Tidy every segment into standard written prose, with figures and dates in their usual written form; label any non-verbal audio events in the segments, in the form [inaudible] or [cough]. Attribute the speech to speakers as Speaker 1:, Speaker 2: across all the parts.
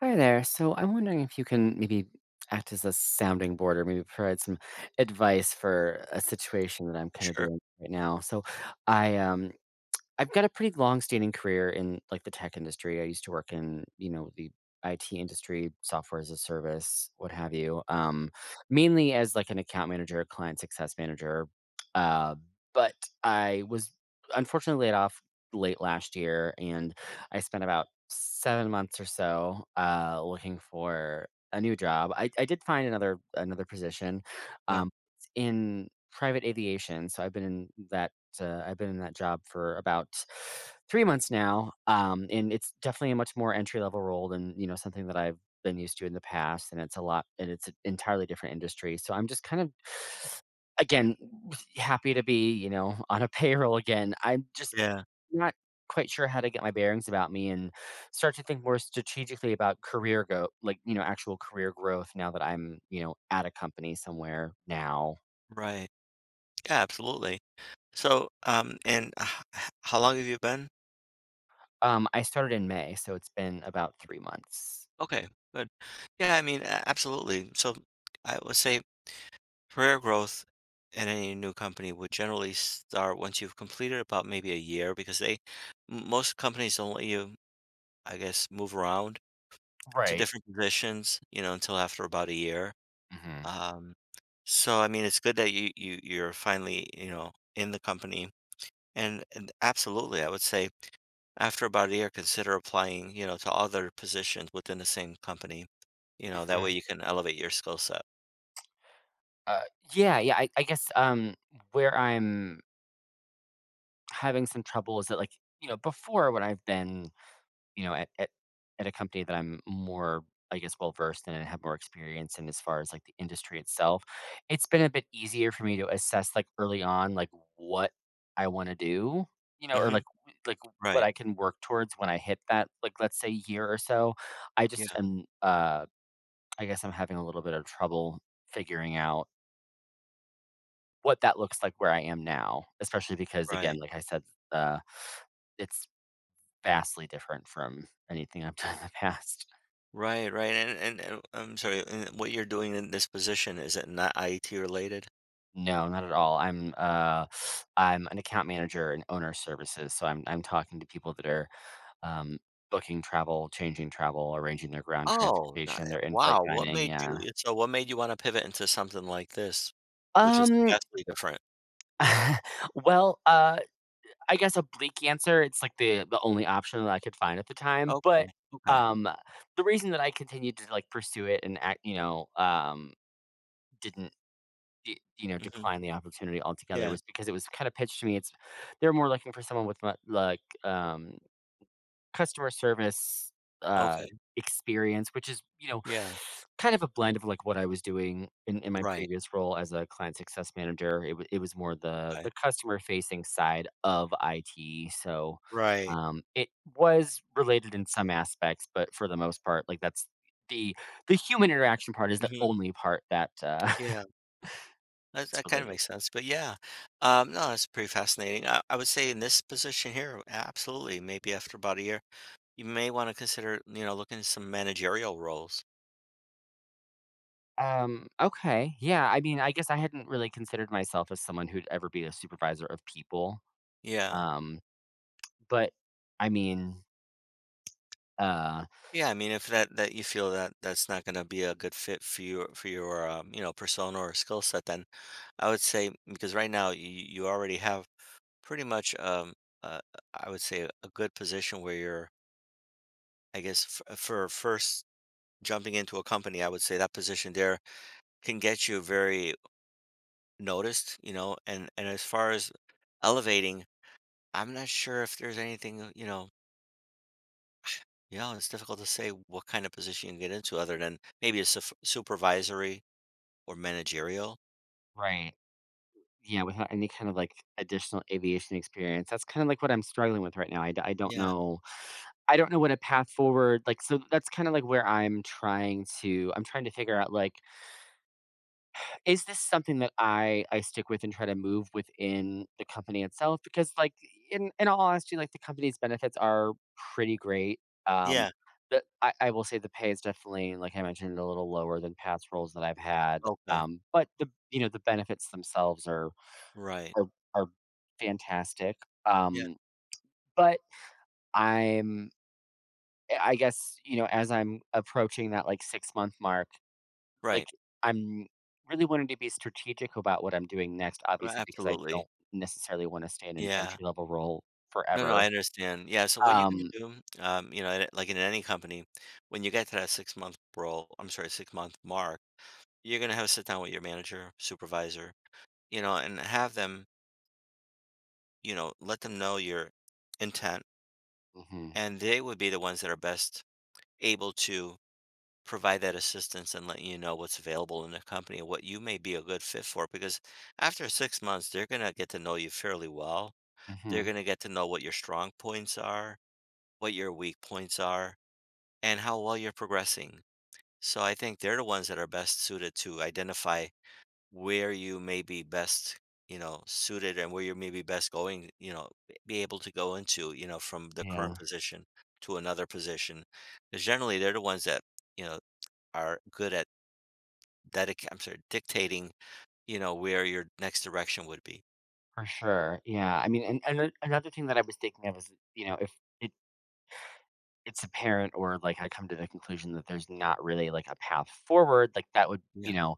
Speaker 1: Hi there. So I'm wondering if you can maybe act as a sounding board or maybe provide some advice for a situation that I'm kind of
Speaker 2: Sure.
Speaker 1: dealing with right now. So I um I've got a pretty long-standing career in, like, the tech industry. I used to work in, you know, the IT industry, software as a service, what have you, mainly as, like, an account manager, client success manager, uh, but I was unfortunately laid off late last year, and I spent about 7 months or so, looking for a new job. I did find another position,
Speaker 2: Yeah.
Speaker 1: um, in private aviation, so I've been in that job for about 3 months now, and it's definitely a much more entry level role than, you know, something that I've been used to in the past, and it's a lot and it's an entirely different industry, so I'm just kind of again, happy to be, you know, on a [laughs] payroll again. I'm just
Speaker 2: Yeah.
Speaker 1: not quite sure how to get my bearings about me and start to think more strategically about you know, actual career growth now that I'm, you know, at a company somewhere now.
Speaker 2: Right. Yeah, absolutely. So, and h h how long have you been?
Speaker 1: I started in May, so it's been about 3 months.
Speaker 2: Okay, good. Yeah, I mean, a absolutely. So, I would say career growth in any new company would generally start once you've completed about maybe a year because they m most companies don't let you, I guess, move around to
Speaker 1: Right.
Speaker 2: different positions, you know, until after about a year.
Speaker 1: Mhm.
Speaker 2: Um, so, I mean, it's good that you're finally, you know, in the company. And absolutely, I would say after about a year, consider applying, you know, to other positions within the same company. You know, that way
Speaker 1: Mhm.
Speaker 2: you can elevate your skill set.
Speaker 1: Uh, yeah, yeah, I guess, where I'm having some trouble is that, like, you know, before when I've been you know, at at a company that I'm more, I guess, well versed in and have more experience in as far as like the industry itself, it's been a bit easier for me to assess like early on like what I want to do, you know, or
Speaker 2: Mhm.
Speaker 1: like what
Speaker 2: Right.
Speaker 1: I can work towards when I hit that like let's say year or so. I just
Speaker 2: Yeah,
Speaker 1: am I guess I'm having a little bit of trouble figuring out what that looks like where I am now, especially because
Speaker 2: right.
Speaker 1: again, like I said, uh it's vastly different from anything I've [laughs] done in the past.
Speaker 2: Right, right, and I'm sorry, and what you're doing in this position, is it not IT related?
Speaker 1: No, not at all. I'm [sniffs] I'm an account manager and owner services, so I'm talking to people that are um, booking travel, changing travel, arranging their ground
Speaker 2: Oh, ni
Speaker 1: transportation, their in-flight
Speaker 2: Wow,
Speaker 1: dining. Yeah.
Speaker 2: what made you wanna pivot into something like this, which is
Speaker 1: Um.
Speaker 2: vastly different?
Speaker 1: [laughs] Well, I guess a bleak answer. It's like the only option that I could find at the time,
Speaker 2: Okay,
Speaker 1: but
Speaker 2: okay,
Speaker 1: um, the reason that I continued to like pursue it and act, you know, didn't D you know,
Speaker 2: mhm,
Speaker 1: decline the opportunity altogether
Speaker 2: yeah,
Speaker 1: was because it was kinda pitched to me, it's they're more looking for someone with, customer service, uh,
Speaker 2: okay,
Speaker 1: experience, which is, you know,
Speaker 2: yeah,
Speaker 1: kind of a blend of, like, what I was doing in my
Speaker 2: right,
Speaker 1: previous role as a client success manager. It was more the
Speaker 2: okay,
Speaker 1: the customer-facing side of IT, so,
Speaker 2: right,
Speaker 1: it was related in some aspects, but for the most part, like, that's the the human interaction part is the
Speaker 2: mhm,
Speaker 1: only part that, [laughs]
Speaker 2: yeah. That
Speaker 1: is
Speaker 2: that kinda
Speaker 1: related.
Speaker 2: makes sense, but yeah. No, that's pretty fascinating. I would say in this position here, absolutely, maybe after about a year, you may wanna consider, you know, looking at some managerial roles.
Speaker 1: Okay. Yeah, I mean, I guess I hadn't really considered myself as someone who'd ever be a supervisor of people.
Speaker 2: Yeah.
Speaker 1: Um, but I mean, uh,
Speaker 2: Yeah, I mean, if that you feel that that's not gonna be a good fit for your, you know, persona or skill set, then I would say because right now you already have pretty much, uh, I would say a good position where you're I guess f for first jumping into a company, I would say that position there can get you very noticed, you know, and as far as elevating, I'm not sure if there's anything, you know, yeah, it's difficult to say what kind of position you can get into other than maybe a supervisory or managerial.
Speaker 1: right. Yeah, without any kind of like additional aviation experience, that's kind of like what I'm struggling with right now. I don't
Speaker 2: Yeah.
Speaker 1: know. I don't know what a path forward like. So that's kind of like where I'm trying to. I'm trying to figure out like is this something that I stick with and try to move within the company itself? Because, like, in all honesty, like, the company's benefits are pretty great. Um,
Speaker 2: Yeah.
Speaker 1: the I will say the pay is definitely, like I mentioned, a little lower than past roles that I've had.
Speaker 2: Okay.
Speaker 1: But the you know the benefits themselves
Speaker 2: Right.
Speaker 1: are are fantastic.
Speaker 2: Yeah.
Speaker 1: Um, but I'm I guess you know as I'm approaching that like 6 month mark. Like,
Speaker 2: Right.
Speaker 1: I'm really wanting to be strategic about what I'm doing next,
Speaker 2: Right.
Speaker 1: obviously, because I
Speaker 2: Absolutely.
Speaker 1: don't necessarily wanna stay in an
Speaker 2: Yeah.
Speaker 1: entry level role
Speaker 2: No, no,
Speaker 1: forever.
Speaker 2: I understand. Yeah. So what you can
Speaker 1: Um
Speaker 2: do, you know, like in any company, when you get to that 6 month role, I'm sorry, 6 month mark, you're gonna have a sit down with your manager, supervisor, you know, and have them you know, let them know your intent,
Speaker 1: mhm,
Speaker 2: and they would be the ones that are best able to provide that assistance and let you know what's available in the company and what you may be a good fit for. Because after 6 months, they're going to get to know you fairly well. They're
Speaker 1: mhm,
Speaker 2: going to get to know what your strong points are, what your weak points are, and how well you're progressing. So I think they're the ones that are best suited to identify where you may be best, you know, suited and where you're maybe best going, you know, be able to go into, you know, from the current
Speaker 1: yeah,
Speaker 2: position to another position. Because generally they're the ones that, you know, are good at dedic I'm sorry, dictating, you know, where your next direction would be.
Speaker 1: for sure, yeah, I mean, and a another thing that I was thinking of is, you know, if it it's apparent or, like, I come to the conclusion that there's not really, like, a path forward, like, that would
Speaker 2: Yeah.
Speaker 1: you know,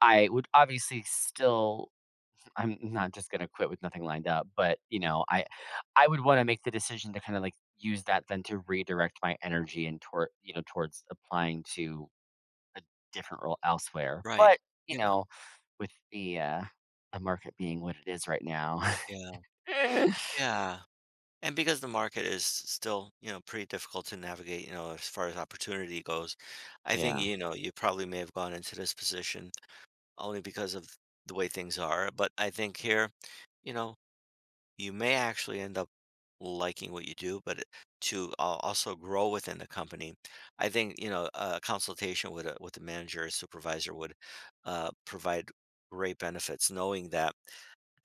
Speaker 1: I would obviously still I'm not just gonna quit with nothing lined up, but, you know, I would wanna make the decision to kinda, like, use that then to redirect my energy and towards applying to a different role elsewhere,
Speaker 2: Right.
Speaker 1: but, you
Speaker 2: Yeah.
Speaker 1: know, with the market being what it is right now.
Speaker 2: Yeah.
Speaker 1: [laughs]
Speaker 2: Yeah. And because the market is still, you know, pretty difficult to navigate, you know, as far as opportunity goes, I think,
Speaker 1: Yeah.
Speaker 2: you know, you probably may have gone into this position only because of the way things are. But I think here, you know, you may actually end up liking what you do, but to also grow within the company, I think you know a consultation with a manager or supervisor would provide great benefits, knowing that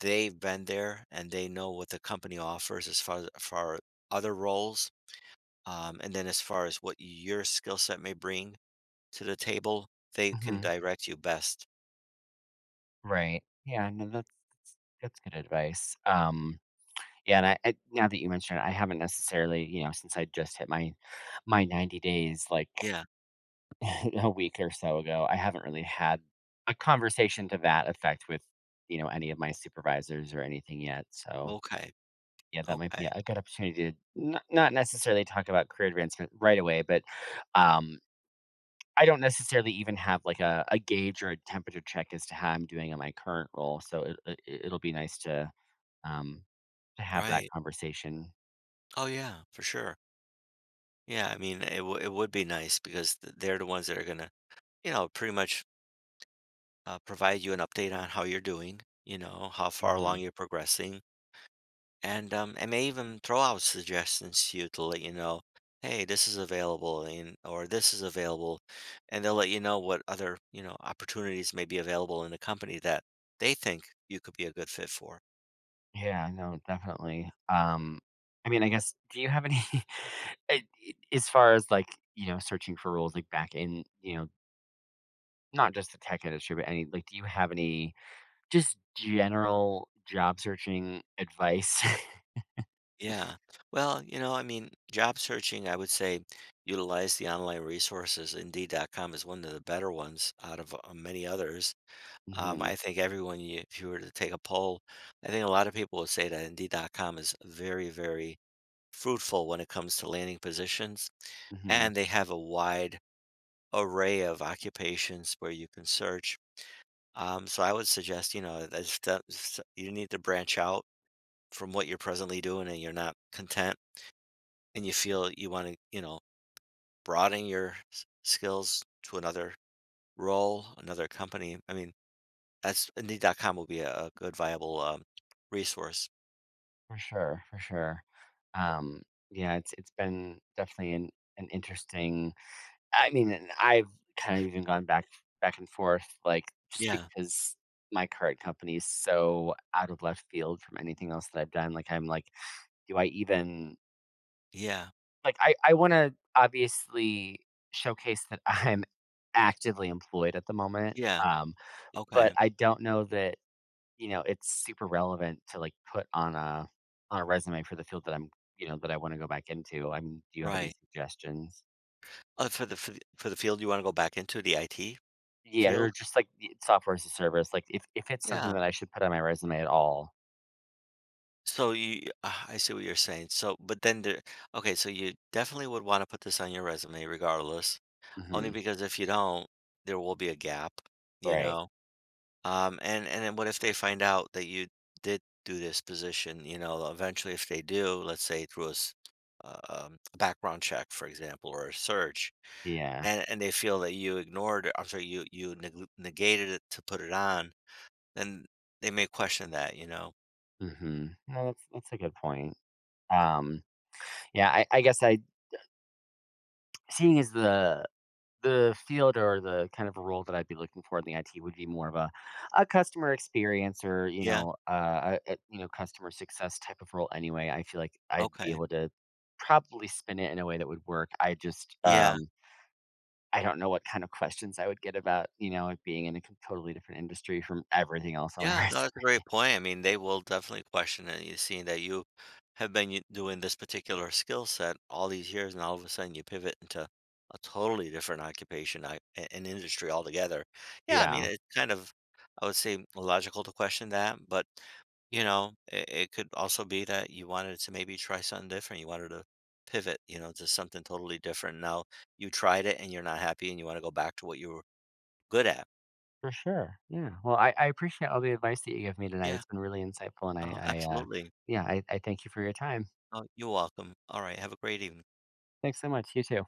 Speaker 2: they've been there and they know what the company offers as far other roles, and then as far as what your skill set may bring to the table, they can
Speaker 1: Mhm.
Speaker 2: direct you best.
Speaker 1: Right. Yeah, no, that's good advice, yeah, and I now that you mentioned it, I haven't necessarily, you know, since I just hit my 90 days, like
Speaker 2: Yeah.
Speaker 1: [laughs] a week or so ago. I haven't really had a conversation to that effect with, you know, any of my supervisors or anything yet. So
Speaker 2: Okay.
Speaker 1: yeah, that might be
Speaker 2: Okay.
Speaker 1: a good opportunity to not, not necessarily talk about career advancement right away, but um, I don't necessarily even have like a gauge or a temperature check as to how I'm doing in my current role. So it'll be nice um, to have that
Speaker 2: Right.
Speaker 1: conversation.
Speaker 2: Oh yeah, for sure. Yeah, I mean, it would be nice because th they're the ones that are gonna, you know, pretty much provide you an update on how you're doing, you know, how far along
Speaker 1: Mhm.
Speaker 2: you're progressing, and may even throw out suggestions to you to let you know, hey, this is available, and or this is available, and they'll let you know what other, you know, opportunities may be available in the company that they think you could be a good fit for.
Speaker 1: Yeah, no, definitely. I mean, I guess, do you have any, [laughs] as far as like, you know, searching for roles like back in, you know, not just the tech industry, but any, like, do you have any just general job searching advice? [laughs]
Speaker 2: Yeah. Well, you know, I mean, job searching, I would say utilize the online resources. Indeed.com is one of the better ones out of many others. I
Speaker 1: hmm
Speaker 2: think everyone, you, if you were to take a poll, I think a lot of people would say that Indeed.com is very, very fruitful when it comes to landing positions.
Speaker 1: hmm
Speaker 2: And they have a wide array of occupations where you can search. So I would suggest, you know, that's, you need to branch out from what you're presently doing and you're not content and you feel you want to, you know, broaden your skills to another role, another company. I mean, that's Indeed.com will be a good viable resource.
Speaker 1: For sure, for sure. Um, yeah, it's been definitely an interesting I mean, and I've kind of even gone back and forth, like, just
Speaker 2: Yeah,
Speaker 1: because my current company is so out of left field from anything else that I've done, like, I'm like, do I even
Speaker 2: yeah,
Speaker 1: like, I wanna obviously showcase that [laughs] I'm actively employed at the moment,
Speaker 2: yeah.
Speaker 1: um, but
Speaker 2: Okay,
Speaker 1: I don't know that, you know, it's super relevant to, like, put on a resume for the field that I wanna go back into. I mean, do you have any
Speaker 2: right.
Speaker 1: suggestions?
Speaker 2: For for the field you want to go back into the IT
Speaker 1: Yeah, or
Speaker 2: field.
Speaker 1: just like y software as a service, like, if it's
Speaker 2: Yeah.
Speaker 1: something that I should put on my resume at all.
Speaker 2: So you, ah, I see what you're saying. So, but then there, okay. So you definitely would want to put this on your resume, regardless, only
Speaker 1: Mhm,
Speaker 2: because if you don't, there will be a gap. You
Speaker 1: right.
Speaker 2: know. And then what if they find out that you did do this position? You know, eventually, if they do, let's say through a background check, for example, or a search,
Speaker 1: Yeah,
Speaker 2: and they feel that you ignored, I'm sorry, you negated it to put it on, then they may question that. You know?
Speaker 1: mhm. No, that's a good point. Um, yeah, I guess I seeing as the field or the kind of role that I'd be looking for in the IT would be more of a customer experience or, you
Speaker 2: Yeah.
Speaker 1: know, a you know, customer success type of role anyway, I feel like I'd be
Speaker 2: Okay.
Speaker 1: able to probably spin it in a way that would work. I just,
Speaker 2: Yeah.
Speaker 1: I don't know what kind of questions I would get about, you know, like, being in a com totally different industry from everything else on my [laughs]
Speaker 2: Yeah,
Speaker 1: resume.
Speaker 2: no, that's a great point. I mean, they will definitely question it. You see that you have been doing this particular skill set all these years, and all of a sudden you pivot into a totally different occupation, an industry altogether. Yeah, I mean,
Speaker 1: Yeah,
Speaker 2: it's kind of, I would say, logical to question that, but you know, it could also be that you wanted to maybe try something different. You wanted to pivot, you know, to something totally different. Now you tried it and you're not happy, and you want to go back to what you were good at.
Speaker 1: for sure. Yeah. Well, I appreciate all the advice that you gave me tonight.
Speaker 2: Yeah,
Speaker 1: It's been really insightful, and I,
Speaker 2: absolutely.
Speaker 1: yeah, I thank you for your time.
Speaker 2: Oh, you're welcome. All right. Have a great evening.
Speaker 1: Thanks so much. You too.